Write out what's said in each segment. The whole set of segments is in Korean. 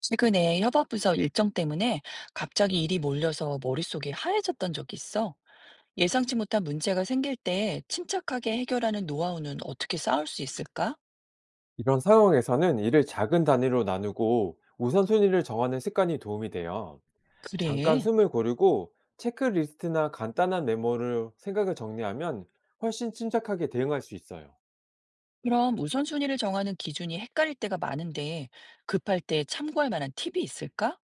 최근에 협업부서 일정 때문에 갑자기 일이 몰려서 머릿속이 하얘졌던 적이 있어. 예상치 못한 문제가 생길 때 침착하게 해결하는 노하우는 어떻게 쌓을 수 있을까? 이런 상황에서는 일을 작은 단위로 나누고 우선순위를 정하는 습관이 도움이 돼요. 잠깐 그래. 숨을 고르고, 체크리스트나 간단한 메모로 생각을 정리하면 훨씬 침착하게 대응할 수 있어요. 그럼 우선순위를 정하는 기준이 헷갈릴 때가 많은데 급할 때 참고할 만한 팁이 있을까?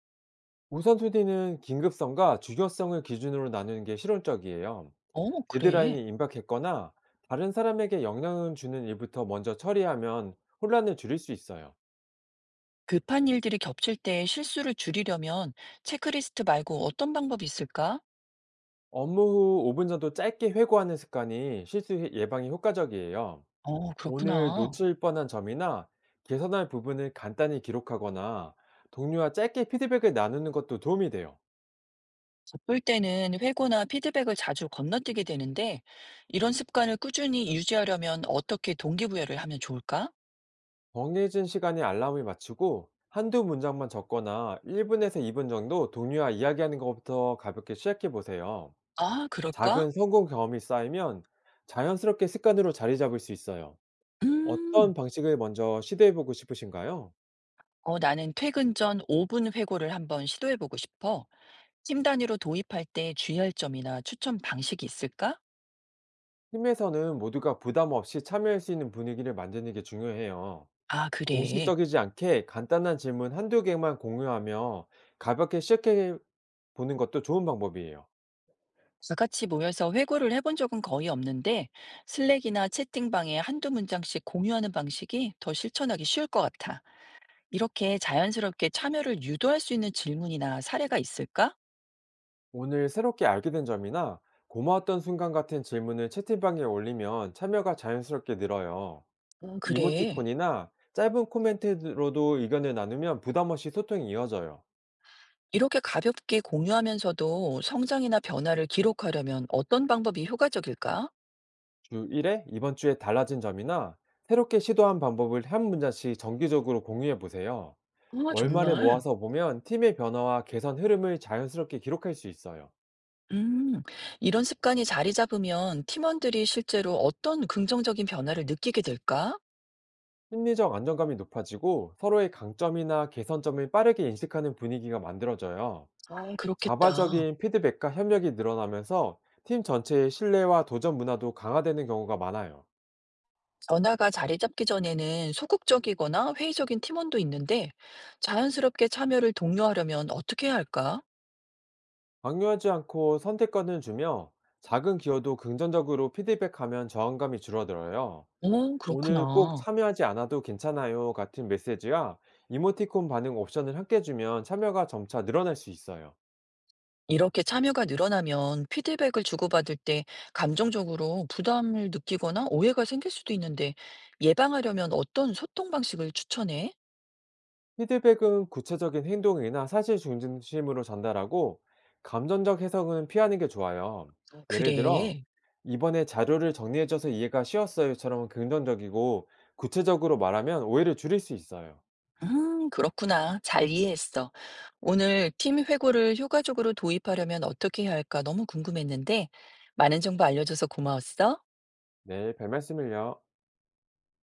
우선순위는 긴급성과 중요성을 기준으로 나누는 게 실용적이에요. 어, 그래. 데드라인이 임박했거나 다른 사람에게 영향을 주는 일부터 먼저 처리하면 혼란을 줄일 수 있어요. 급한 일들이 겹칠 때 실수를 줄이려면 체크리스트 말고 어떤 방법이 있을까? 업무 후 5분 정도 짧게 회고하는 습관이 실수 예방에 효과적이에요. 어, 오늘 그렇구나. 놓칠 뻔한 점이나 개선할 부분을 간단히 기록하거나, 동료와 짧게 피드백을 나누는 것도 도움이 돼요. 바쁠 때는 회고나 피드백을 자주 건너뛰게 되는데, 이런 습관을 꾸준히 유지하려면 어떻게 동기부여를 하면 좋을까? 정해진 시간에 알람을 맞추고 한두 문장만 적거나, 1분에서 2분 정도 동료와 이야기하는 것부터 가볍게 시작해 보세요. 아, 그럴까? 작은 성공 경험이 쌓이면 자연스럽게 습관으로 자리 잡을 수 있어요. 음, 어떤 방식을 먼저 시도해 보고 싶으신가요? 어, 나는 퇴근 전 5분 회고를 한번 시도해보고 싶어. 팀 단위로 도입할 때 주의할 점이나 추천 방식이 있을까? 팀에서는 모두가 부담 없이 참여할 수 있는 분위기를 만드는 게 중요해요. 아, 그래. 공식적이지 않게 간단한 질문 한두 개만 공유하며 가볍게 시작해 보는 것도 좋은 방법이에요. 다 같이 모여서 회고를 해본 적은 거의 없는데, 슬랙이나 채팅방에 한두 문장씩 공유하는 방식이 더 실천하기 쉬울 것 같아. 이렇게 자연스럽게 참여를 유도할 수 있는 질문이나 사례가 있을까? 오늘 새롭게 알게 된 점이나 고마웠던 순간 같은 질문을 채팅방에 올리면 참여가 자연스럽게 늘어요. 그래. 이모티콘이나 짧은 코멘트로도 의견을 나누면 부담 없이 소통이 이어져요. 이렇게 가볍게 공유하면서도 성장이나 변화를 기록하려면 어떤 방법이 효과적일까? 주 1회 "이번 주에 달라진 점이나 새롭게 시도한 방법을 한 문장씩 정기적으로 공유해 보세요. 아, 월말에 정말. 모아서 보면 팀의 변화와 개선 흐름을 자연스럽게 기록할 수 있어요. 음, 이런 습관이 자리 잡으면 팀원들이 실제로 어떤 긍정적인 변화를 느끼게 될까? 심리적 안정감이 높아지고, 서로의 강점이나 개선점을 빠르게 인식하는 분위기가 만들어져요. 아, 그렇겠다. 자발적인 피드백과 협력이 늘어나면서 팀 전체의 신뢰와 도전 문화도 강화되는 경우가 많아요. 변화가 자리 잡기 전에는 소극적이거나 회의적인 팀원도 있는데 자연스럽게 참여를 독려하려면 어떻게 해야 할까? 강요하지 않고 선택권을 주며, 작은 기여도 긍정적으로 피드백하면 저항감이 줄어들어요. 어, "오늘 꼭 그렇구나. 참여하지 않아도 괜찮아요" 같은 메시지와 이모티콘 반응 옵션을 함께 주면 참여가 점차 늘어날 수 있어요. 이렇게 참여가 늘어나면 피드백을 주고받을 때 감정적으로 부담을 느끼거나 오해가 생길 수도 있는데 예방하려면 어떤 소통 방식을 추천해? 피드백은 구체적인 행동이나 사실 중심으로 전달하고, 감정적 해석은 피하는 게 좋아요. 아, 예를 들어, 그래. "이번에 자료를 정리해줘서 이해가 쉬웠어요처럼 긍정적이고 구체적으로 말하면 오해를 줄일 수 있어요. 그렇구나. 잘 이해했어. 오늘 팀 회고를 효과적으로 도입하려면 어떻게 해야 할까 너무 궁금했는데 많은 정보 알려줘서 고마웠어. 네, 별 말씀을요.